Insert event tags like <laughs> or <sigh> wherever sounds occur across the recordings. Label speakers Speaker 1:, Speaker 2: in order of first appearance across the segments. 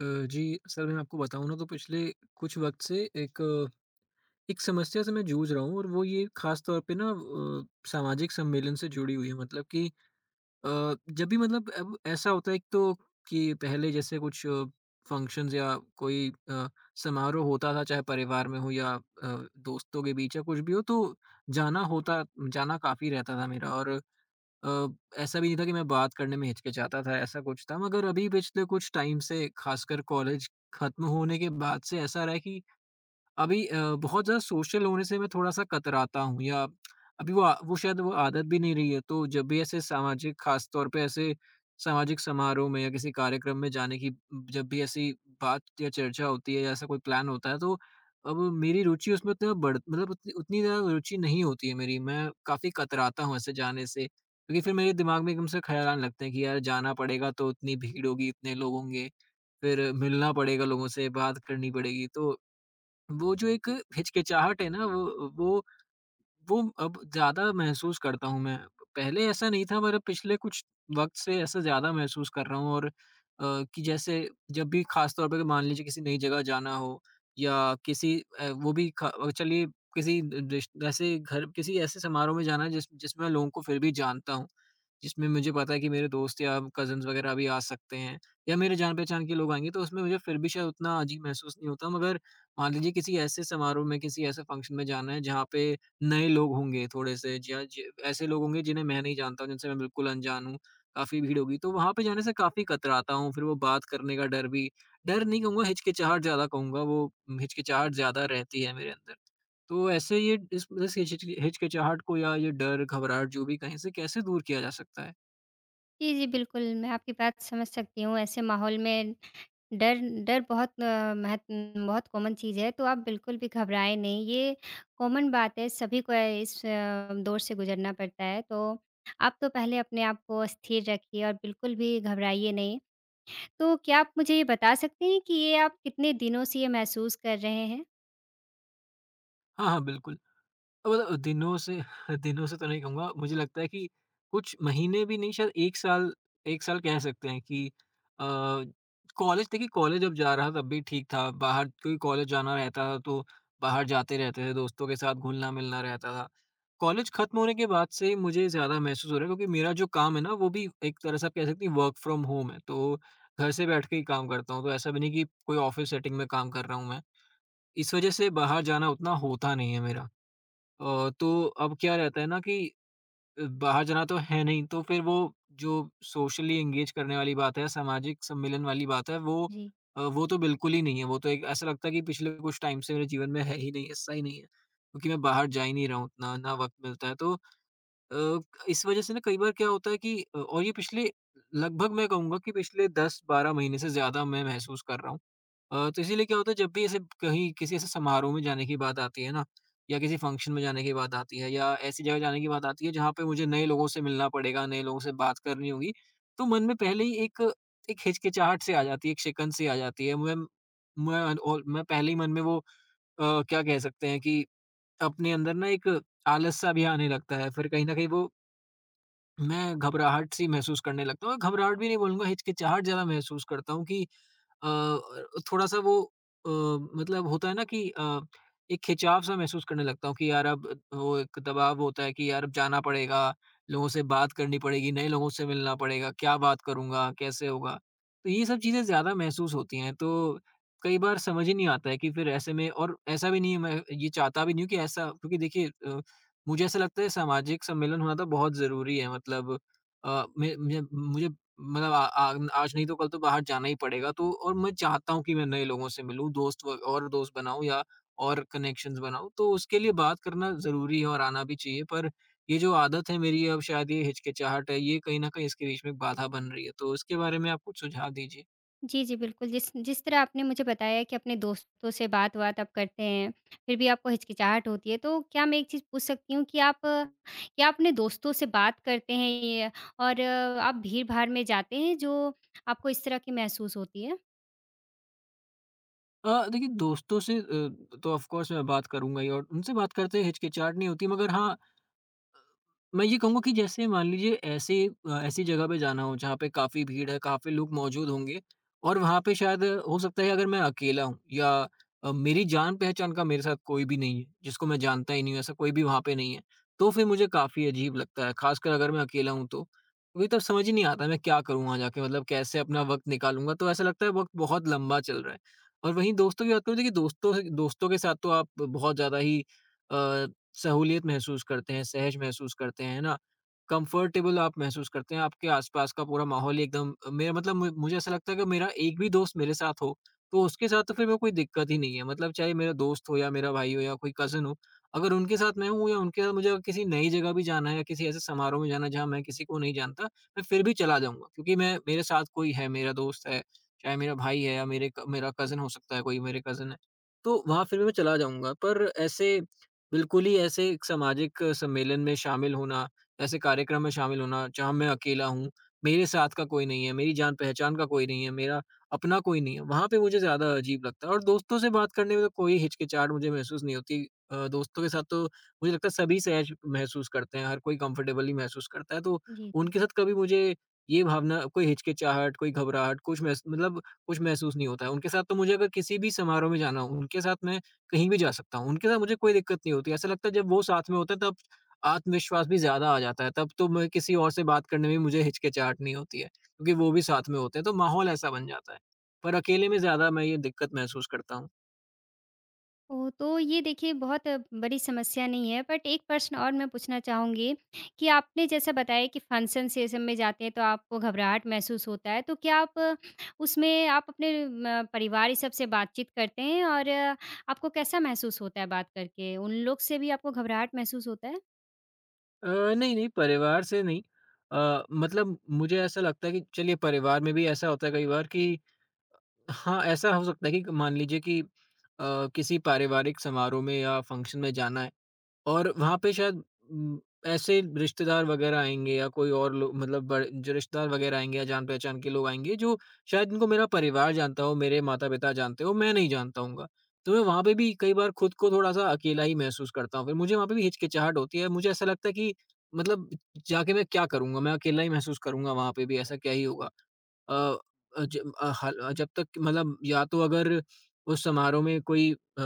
Speaker 1: अ, जी, असल में आपको बताऊँ ना तो पिछले कुछ वक़्त से एक एक समस्या से मैं जूझ रहा हूँ और वो ये ख़ास तौर पे ना सामाजिक सम्मेलन से जुड़ी हुई है। मतलब कि जब भी मतलब अब ऐसा होता है एक तो कि पहले जैसे कुछ फंक्शंस या कोई समारोह होता था, चाहे परिवार में हो या दोस्तों के बीच या कुछ भी हो, तो जाना होता जाना काफ़ी रहता था मेरा और अ, ऐसा भी नहीं था कि मैं बात करने में हिचकिचाता था, ऐसा कुछ था मगर अभी पिछले कुछ टाइम से खासकर कॉलेज खत्म होने के बाद से ऐसा रहा है कि अभी बहुत ज़्यादा सोशल होने से मैं थोड़ा-सा कतराता हूँ या अभी वो शायद वो आदत भी नहीं रही है, तो जब भी ऐसे सामाजिक ख़ास तौर पे ऐसे सामाजिक समारोह में या किसी कार्यक्रम में जाने की जब भी ऐसी बात या चर्चा होती है या ऐसा कोई प्लान होता है, तो अब मेरी रुचि उसमें उतना बढ़ मतलब उतनी उतनी ज़्यादा रुचि नहीं होती है मेरी, मैं काफ़ी कतराता हूँ ऐसे जाने से। क्योंकि फिर मेरे दिमाग में एकदम से ख़्याल आने लगते हैं कि यार जाना पड़ेगा तो उतनी भीड़ होगी, इतने लोग होंगे, फिर मिलना पड़ेगा लोगों से, बात करनी पड़ेगी, तो वो जो एक हिचकिचाहट है ना, वो अब ज़्यादा महसूस करता हूँ मैं। पहले ऐसा नहीं था पर पिछले कुछ वक़्त से ऐसा ज़्यादा महसूस कर रहा हूँ और कि जैसे जब भी ख़ास तौर पे अगर मान लीजिए किसी नई जगह जाना हो या किसी वो भी ख चलिए किसी रिश ऐसे घर किसी ऐसे समारोह में जाना है जिसमें लोगों को फिर भी जानता हूँ। जिसमें मुझे पता है कि मेरे दोस्त या कज़िन्स वग़ैरह भी आ सकते हैं या मेरे जान-पहचान के लोग आएँगे तो उसमें मुझे फिर भी शायद उतना अजीब महसूस नहीं होता। मगर मान लीजिए किसी ऐसे समारोह में, किसी ऐसे फ़ंक्शन में जाना है जहाँ पे नए लोग होंगे थोड़े-से जहाँ ज ऐसे लोग होंगे जिन्हें मैं नहीं जानता हूँ, जिनसे मैं बिल्कुल अनजान हूँ, काफ़ी भीड़ होगी, तो वहाँ पे जाने से काफ़ी कतराता हूँ, फिर वो बात करने का डर भी डर नहीं कहूँगा, हिचकिचाहट ज़्यादा कहूँगा, वो हिचकिचाहट ज़्यादा रहती है मेरे अंदर। तो ऐसे ये इस हिच हिचकिचाहट को या ये डर, घबराहट जो भी कहें, इसे कैसे दूर किया जा सकता है?
Speaker 2: जी, जी, बिल्कुल, मैं आपकी बात समझ सकती हूँ। ऐसे माहौल में डर डर बहुत महत्व बहुत कॉमन चीज़ है, तो आप बिल्कुल भी घबराएँ नहीं, ये कॉमन बात है, सभी को दौर से गुज़रना पड़ता है। तो आप तो पहले अपने आप को स्थिर रखिए और बिल्कुल भी घबराइए नहीं। तो क्या आप मुझे ये बता सकते हैं कि ये आप कितने दिनों से ये महसूस कर रहे हैं?
Speaker 1: हाँ, हाँ, बिल्कुल। मतलब दिनों से <laughs> दिनों से तो नहीं कहूँगा, मुझे लगता है कि कुछ महीने भी नहीं शायद 1 साल 1 साल कह सकते हैं कि अ, कॉलेज देखिए कॉलेज जब जा रहा तब भी ठीक था, बाहर क्योंकि कॉलेज जाना रहता था तो बाहर जाते रहते थे, दोस्तों के साथ घुलना-मिलना रहता था। कॉलेज खत्म होने के बाद से मुझे ज़्यादा महसूस हो रहा है क्योंकि मेरा जो काम है ना वो भी एक तरह से आप कह सकती हैं वर्क फ्रॉम होम है, तो घर से बैठ के ही काम करता हूँ, तो ऐसा भी नहीं कि कोई ऑफ़िस सेटिंग में काम कर रहा हूँ मैं। इस वजह से बाहर जाना उतना होता नहीं है मेरा। तो अब क्या रहता है ना कि बाहर जाना तो है नहीं तो फिर वो जो सोशली एंगेज करने वाली बात है, सामाजिक सम्मेलन वाली बात है वो
Speaker 2: जी।
Speaker 1: वो तो बिल्कुल ही नहीं है। वो तो एक ऐसा लगता है कि पिछले कुछ टाइम से मेरे जीवन में है ही नहीं, हिस्सा ही नहीं है। क्योंकि मैं बाहर जा ही नहीं रहा हूँ उतना, ना वक़्त मिलता है। तो अ, इस वज़ह से ना कई बार क्या होता है कि और ये पिछले लगभग मैं कहूँगा कि पिछले 10-12 महीने से ज़्यादा मैं महसूस कर रहा हूँ। तो इसीलिए क्या होता है जब भी ऐसे कहीं किसी ऐसे समारोह में जाने की बात आती है ना या किसी फंक्शन में जाने की बात आती है या ऐसी जगह जाने की बात आती है जहाँ पे मुझे नए लोगों से मिलना पड़ेगा, नए लोगों से बात करनी होगी, तो मन में पहले ही एक एक हिचकिचाहट सी आ जाती है, एक शिकन सी आ जाती है। मैं और मैं पहले ही मन में वो क्या कह सकते हैं कि अपने अंदर ना एक आलस सा भी आने लगता है। फिर कहीं न कहीं वो मैं घबराहट सी महसूस करने लगता हूँ, घबराहट भी नहीं बोलूँगा हिचकिचाहट ज़्यादा महसूस करता हूँ कि अ, थोड़ा-सा वो मतलब होता है ना कि एक खिंचाव सा महसूस करने लगता हूँ कि यार अब वो एक दबाव होता है कि यार अब जाना पड़ेगा, लोगों से बात करनी पड़ेगी, नए लोगों से मिलना पड़ेगा, क्या बात करूँगा, कैसे होगा? तो ये सब चीज़ें ज़्यादा महसूस होती हैं, तो कई बार समझ ही नहीं आता है कि फिर ऐसे में और ऐसा भी नहीं है मैं ये चाहता भी नहीं हूँ कि ऐसा क्योंकि देखिए मुझे ऐसा लगता है सामाजिक सम्मेलन होना तो बहुत ज़रूरी है मतलब अ, मैं मुझे मतलब आ, आ, आज नहीं तो कल तो बाहर जाना ही पड़ेगा तो और मैं चाहता हूँ कि मैं नए लोगों से मिलूँ और दोस्त बनाऊँ या और कनेक्शंस बनाऊँ तो उसके लिए बात करना ज़रूरी है और आना भी चाहिए पर ये जो आदत है मेरी अब शायद ये हिचकिचाहट है ये कहीं ना कहीं इसके बीच में एक बाधा बन रही है तो इसके बारे में आप कुछ सुझाव दीजिए।
Speaker 2: जी, जी, बिल्कुल। जिस जिस तरह आपने मुझे बताया कि अपने दोस्तों से बात-वात आप करते हैं, फिर भी आपको हिचकिचाहट होती है, तो क्या मैं एक चीज़ पूछ सकती हूँ कि क्या आप अपने दोस्तों से बात करते हैं ये और आप भीड़-भाड़ में जाते हैं, जो आपको इस तरह की महसूस होती है?
Speaker 1: देखिए दोस्तों से तो ऑफ कोर्स मैं बात करूंगा ही और उनसे बात करते हिचकिचाहट नहीं होती मगर हाँ मैं ये कहूँगा कि जैसे मान लीजिए ऐसे ऐसी जगह पे जाना हो जहाँ पे काफ़ी भीड़ है, काफ़ी लोग मौजूद होंगे और वहाँ पे शायद हो सकता है अगर मैं अकेला हूँ या मेरी जान-पहचान का मेरे साथ कोई भी नहीं है, जिसको मैं जानता ही नहीं हूँ, ऐसा कोई भी वहाँ पे नहीं है, तो फिर मुझे काफ़ी अजीब लगता है, ख़ासकर अगर मैं अकेला हूँ तो। क्योंकि तब समझ ही नहीं आता मैं क्या करूँ वहाँ जाके मतलब कैसे अपना वक़्त निकालूँगा, तो ऐसा लगता है वक़्त बहुत लंबा चल रहा है। और वहीं दोस्तों की बात करूँ देखिए दोस्तों दोस्तों के साथ तो आप बहुत ज़्यादा ही अ, सहूलियत महसूस करते हैं, सहज महसूस करते हैं, है ना? कंफर्टेबल आप महसूस करते हैं, आपके आस-पास का पूरा माहौल ही एकदम मेरा मतलब मु मुझे ऐसा लगता है कि मेरा एक भी दोस्त मेरे साथ हो, तो उसके साथ तो फिर मेरे को कोई दिक्कत ही नहीं है। मतलब चाहे मेरा दोस्त हो या मेरा भाई हो या कोई कज़िन हो, अगर उनके साथ मैं हूँ या उनके साथ मुझे अगर किसी नई जगह भी जाना है या किसी ऐसे समारोह में जाना है जहाँ मैं किसी को नहीं जानता, मैं फिर भी चला जाऊँगा क्योंकि मैं मेरे साथ कोई है, मेरा दोस्त है, चाहे मेरा भाई है या मेरे क मेरा कज़िन हो सकता है कोई, मेरे कज़िन है। तो वहाँ फिर भी मैं चला जाऊँगा पर ऐसे बिल्कुल ही ऐसे एक सामाजिक सम्मेलन में शामिल होना, ऐसे कार्यक्रम में शामिल होना जहाँ मैं अकेला हूँ, मेरे साथ का कोई नहीं है, मेरी जान-पहचान का कोई नहीं है, मेरा अपना कोई नहीं है, वहाँ पे मुझे ज़्यादा अजीब लगता है और दोस्तों से बात करने में तो कोई हिचकिचाहट मुझे महसूस नहीं होती। दोस्तों के साथ तो मुझे लगता है सभी सहज महसूस करते हैं, हर कोई कंफर्टेबली महसूस करता है, तो
Speaker 2: जी।
Speaker 1: उनके साथ कभी मुझे ये भावना कोई हिचकिचाहट, कोई घबराहट, कुछ महसूस नहीं होता है। उनके साथ तो मुझे अगर किसी भी समारोह में जाना हो, उनके साथ मैं कहीं भी जा सकता हूँ। उनके साथ मुझे कोई दिक्कत नहीं होती। ऐसा लगता है जब वो साथ में होते हैं तब आत्मविश्वास भी ज़्यादा आ जाता है। तब तो मैं किसी और से बात करने में भी मुझे हिचकिचाहट नहीं होती है, क्योंकि वो भी साथ में होते हैं, तो माहौल ऐसा बन जाता है। पर अकेले में ज़्यादा मैं ये दिक्कत महसूस करता हूँ।
Speaker 2: ओह! तो ये देखिए बहुत बड़ी समस्या नहीं है, बट एक प्रश्न और मैं पूछना चाहूँगी कि आपने जैसा बताया कि फंक्शन्स ये सब में जाते हैं तो आपको घबराहट महसूस होता है, तो क्या आप उसमें आप अपने म परिवार ये सब से बातचीत करते हैं और आपको कैसा महसूस होता है बात करके? उन लोग से भी आपको घबराहट महसूस होता है?
Speaker 1: नहीं, नहीं परिवार से नहीं मतलब मुझे ऐसा लगता है कि चलिए परिवार में भी ऐसा होता है कई बार कि हाँ, ऐसा हो सकता है कि मान लीजिए कि किसी पारिवारिक समारोह में या फंक्शन में जाना है। और वहाँ पे शायद उम, ऐसे रिश्तेदार वग़ैरह आएँगे या कोई और लोग मतलब बड़े जो रिश्तेदार वग़ैरह आएँगे या जान-पहचान के लोग आएँगे, जो शायद इनको मेरा परिवार जानता हो, मेरे माता-पिता जानते हो, मैं नहीं जानता हूँगा। तो मैं वहाँ पे भी कई बार खुद को थोड़ा-सा अकेला ही महसूस करता हूँ। फिर मुझे वहाँ पे भी हिचकिचाहट होती है। मुझे ऐसा लगता है कि मतलब जाके मैं क्या करूँगा? मैं अकेला ही महसूस करूँगा वहाँ पे भी, ऐसा क्या ही होगा। अ, अ, ज अ, हल जब तक कि मतलब या तो अगर उस समारोह में कोई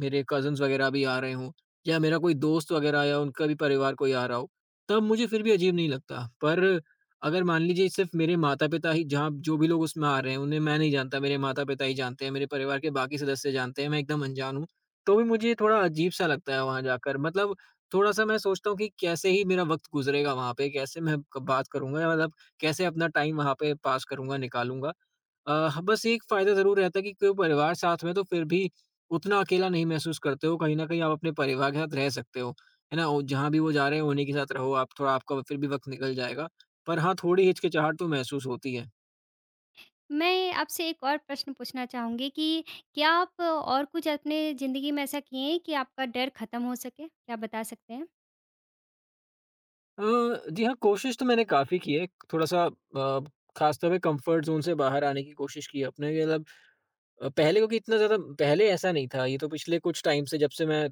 Speaker 1: मेरे कज़िन्स वग़ैरह भी आ रहे हों या मेरा कोई दोस्त वगैरह या उनका भी परिवार कोई आ रहा हो, तब मुझे फिर भी अजीब नहीं लगता। पर अगर मान लीजिए सिर्फ़ मेरे माता-पिता ही जहाँ जो भी लोग उसमें आ रहे हैं, उन्हें मैं नहीं जानता, मेरे माता-पिता ही जानते हैं, मेरे परिवार के बाकी सदस्य जानते हैं, मैं एकदम अनजान हूँ, तो भी मुझे थोड़ा अजीब-सा लगता है वहाँ जाकर। मतलब थोड़ा-सा मैं सोचता हूँ कि कैसे ही मेरा वक़्त गुज़रेगा वहाँ पे, कैसे मैं क बात करूँगा या मतलब कैसे अपना टाइम वहाँ पे पास करूँगा, निकालूँगा। अ, ह बस एक फ़ायदा ज़रूर रहता है कि कोई परिवार साथ में है, तो फिर भी उतना अकेला नहीं महसूस करते हो। कहीं न कहीं आप अपने परिवार के साथ रह सकते हो, है ना? औ जहाँ भी वो जा रहे हैं, उन्हीं के साथ रहो आप। थोड़ा आपका फिर भी वक़्त निकल जाएगा। पर हाँ, थोड़ी हिचकिचाहट तो महसूस होती है।
Speaker 2: मैं आपसे एक और प्रश्न पूछना चाहूँगी कि क्या आप और कुछ अपने ज़िंदगी में ऐसा किए हैं कि आपका डर खत्म हो सके? क्या आप बता सकते हैं?
Speaker 1: अ, जी हाँ, कोशिश तो मैंने काफ़ी की है। थोड़ा-सा ख़ासतौर पे कम्फ़र्ट ज़ोन से बाहर आने की कोशिश की है अपने मतलब। पहले क्योंकि इतना ज़्यादा पहले ऐसा नहीं था, ये तो पिछले कुछ टाइम से जब से मैं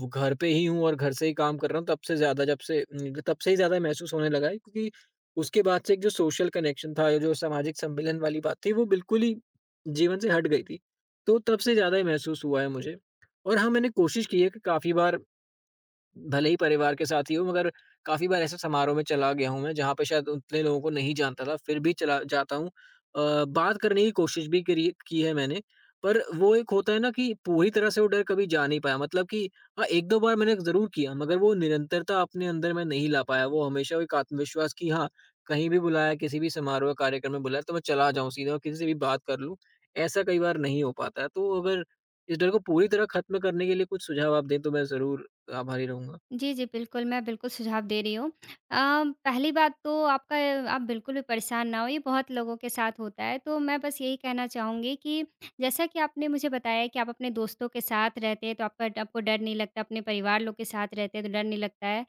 Speaker 1: वो घर पे ही हूँ और घर से ही काम कर रहा हूँ, तब से ज़्यादा तब से ही ज़्यादा महसूस होने लगा है क्योंकि उसके बाद से एक जो सोशल कनेक्शन था या जो सामाजिक सम्मिलन वाली बात थी, वो बिल्कुल ही जीवन से हट गई थी। तो तब से ज़्यादा ही महसूस हुआ है मुझे। और हाँ, मैंने कोशिश की है कि काफ़ी बार भले ही परिवार के साथ ही हो मगर काफ़ी बार ऐसे समारोह में चला गया हूँ मैं जहाँ पे शायद उतने लोगों को नहीं जानता था फिर भी चला जाता हूँ। बात करने की कोशिश भी करी की है मैंने, पर वो एक होता है ना कि पूरी तरह से वो डर कभी जा नहीं पाया मतलब कि हाँ, 1-2 बार मैंने ज़रूर किया मगर वो निरंतरता अपने अंदर मैं नहीं ला पाया। वो हमेशा वो एक आत्मविश्वास कि हाँ, कहीं भी बुलाया किसी भी समारोह या कार्यक्रम में बुलाया तो मैं चला जाऊँ सीधा और किसी से भी बात कर लूँ, ऐसा कई बार नहीं हो पाता है। तो अगर इस डर को पूरी तरह खत्म करने के लिए कुछ सुझाव आप दें तो मैं ज़रूर आभारी रहूँगा।
Speaker 2: जी, जी, बिल्कुल, मैं बिल्कुल सुझाव दे रही हूँ। पहली बात तो आपका आप बिल्कुल भी परेशान ना हों, ये बहुत लोगों के साथ होता है। तो मैं बस यही कहना चाहूँगी कि जैसा कि आपने मुझे बताया कि आप अपने दोस्तों के साथ रहते हैं, तो आपका आपको डर नहीं लगता, अपने परिवार लोग के साथ रहते हैं तो डर नहीं लगता है।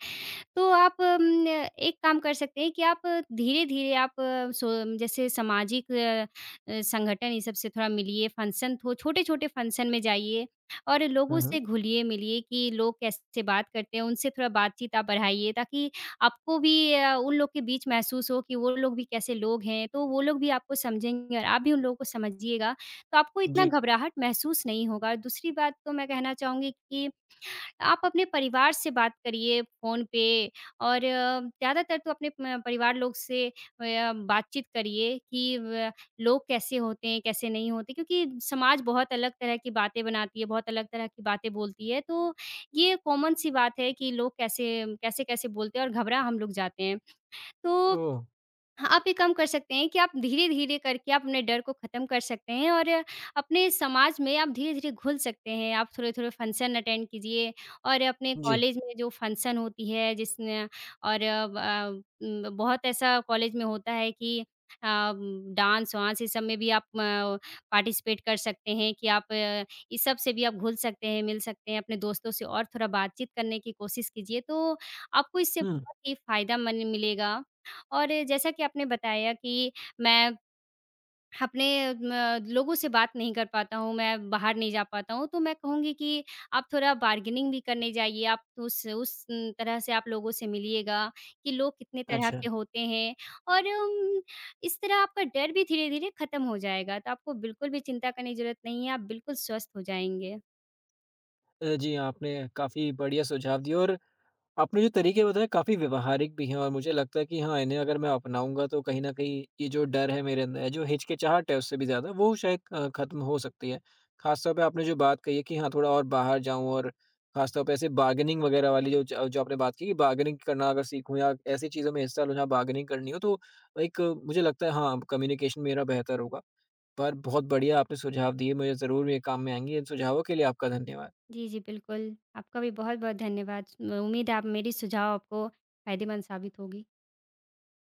Speaker 2: तो आप एक काम कर सकते हैं कि आप धीरे-धीरे आप अ, सो जैसे संगठन ये सब से थोड़ा मिलिए, फंक्शन हो छोटे-छोटे फंक्शन में जाइए और लोगों
Speaker 1: हुँ,
Speaker 2: से
Speaker 1: हुँ।
Speaker 2: घुलिए-मिलिए कि लोग कैसे बात करते हैं, उनसे थोड़ा बातचीत आप बढ़ाइए ताकि आपको भी उन लोग के बीच महसूस हो कि वो लोग भी कैसे लोग हैं। तो वो लोग भी आपको समझेंगे और आप भी उन लोगों को समझिएगा, तो आपको इतना
Speaker 1: जी।
Speaker 2: घबराहट महसूस नहीं होगा। और दूसरी बात तो मैं कहना चाहूँगी कि आप अपने परिवार से बात करिए फ़ोन पे और ज़्यादातर तो अपने म परिवार लोग से बातचीत करिए कि व लोग कैसे होते हैं, कैसे नहीं होते क्योंकि समाज बहुत अलग तरह की बातें बनाती है, बहुत अलग तरह की बातें बोलती है। तो ये कॉमन सी बात है कि लोग कैसे-कैसे बोलते हैं और घबरा हम लोग जाते हैं। तो
Speaker 1: ओह!
Speaker 2: हाँ, आप ये काम कर सकते हैं कि आप धीरे-धीरे करके आप अपने डर को ख़त्म कर सकते हैं और अपने समाज में आप धीरे-धीरे घुल सकते हैं। आप थोड़े-थोड़े फंक्शन अटेंड कीजिए और अपने
Speaker 1: जी।
Speaker 2: कॉलेज में जो फंक्शन होती है जिसमें और बहुत ऐसा कॉलेज में होता है कि अ, डांस-वांस इस सब में भी आप पार्टिसिपेट कर सकते हैं कि इस सब से भी आप घुल सकते हैं, मिल सकते हैं। अपने दोस्तों से और थोड़ा बातचीत करने की कोशिश कीजिए, तो आपको इससे
Speaker 1: हुँ,
Speaker 2: बहुत ही फ़ायदा मन मिलेगा। और जैसा कि आपने बताया कि मैं अपने म लोगों से बात नहीं कर पाता हूँ, मैं बाहर नहीं जा पाता हूँ, तो मैं कहूँगी कि आप थोड़ा बार्गेनिंग भी करने जाइए, आप उस तरह से आप लोगों से मिलिएगा कि लोग कितने तरह
Speaker 1: अच्छा।
Speaker 2: के होते हैं और इस तरह आपका डर भी धीरे-धीरे खत्म हो जाएगा, तो आपको बिल्कुल भी चिंता करने की ज़रूरत नहीं है, आप बिल्कुल स्वस्थ हो जाएँगे।
Speaker 1: जी, आपने काफ़ी बढ़िया सुझाव दिए और आपने जो तरीके बताए काफ़ी व्यवहारिक भी हैं और मुझे लगता है कि हाँ, इन्हें अगर मैं अपनाऊँगा तो कहीं न कहीं ये जो डर है मेरे अंदर, जो हिचकिचाहट है उससे भी ज़्यादा वो शायद ख़त्म हो सकती है। ख़ास तौर पे आपने जो बात कही है कि हाँ, थोड़ा और बाहर जाऊँ और ख़ास तौर पे ऐसे बार्गेनिंग वग़ैरह वाली जो आपने बात की कि बार्गेनिंग करना अगर सीखूँ या ऐसी चीज़ों में हिस्सा लूँ जहाँ बार्गेनिंग करनी हो तो मुझे लगता है हाँ, कम्युनिकेशन मेरा बेहतर होगा। पर बहुत बढ़िया आपने सुझाव दिए, मुझे ज़रूर ये काम में आएँगे। इन सुझावों के लिए आपका धन्यवाद।
Speaker 2: जी, जी, बिल्कुल। आपका भी बहुत-बहुत धन्यवाद। उम्मीद है आप मेरी सुझाव आपको फ़ायदेमंद साबित होगी।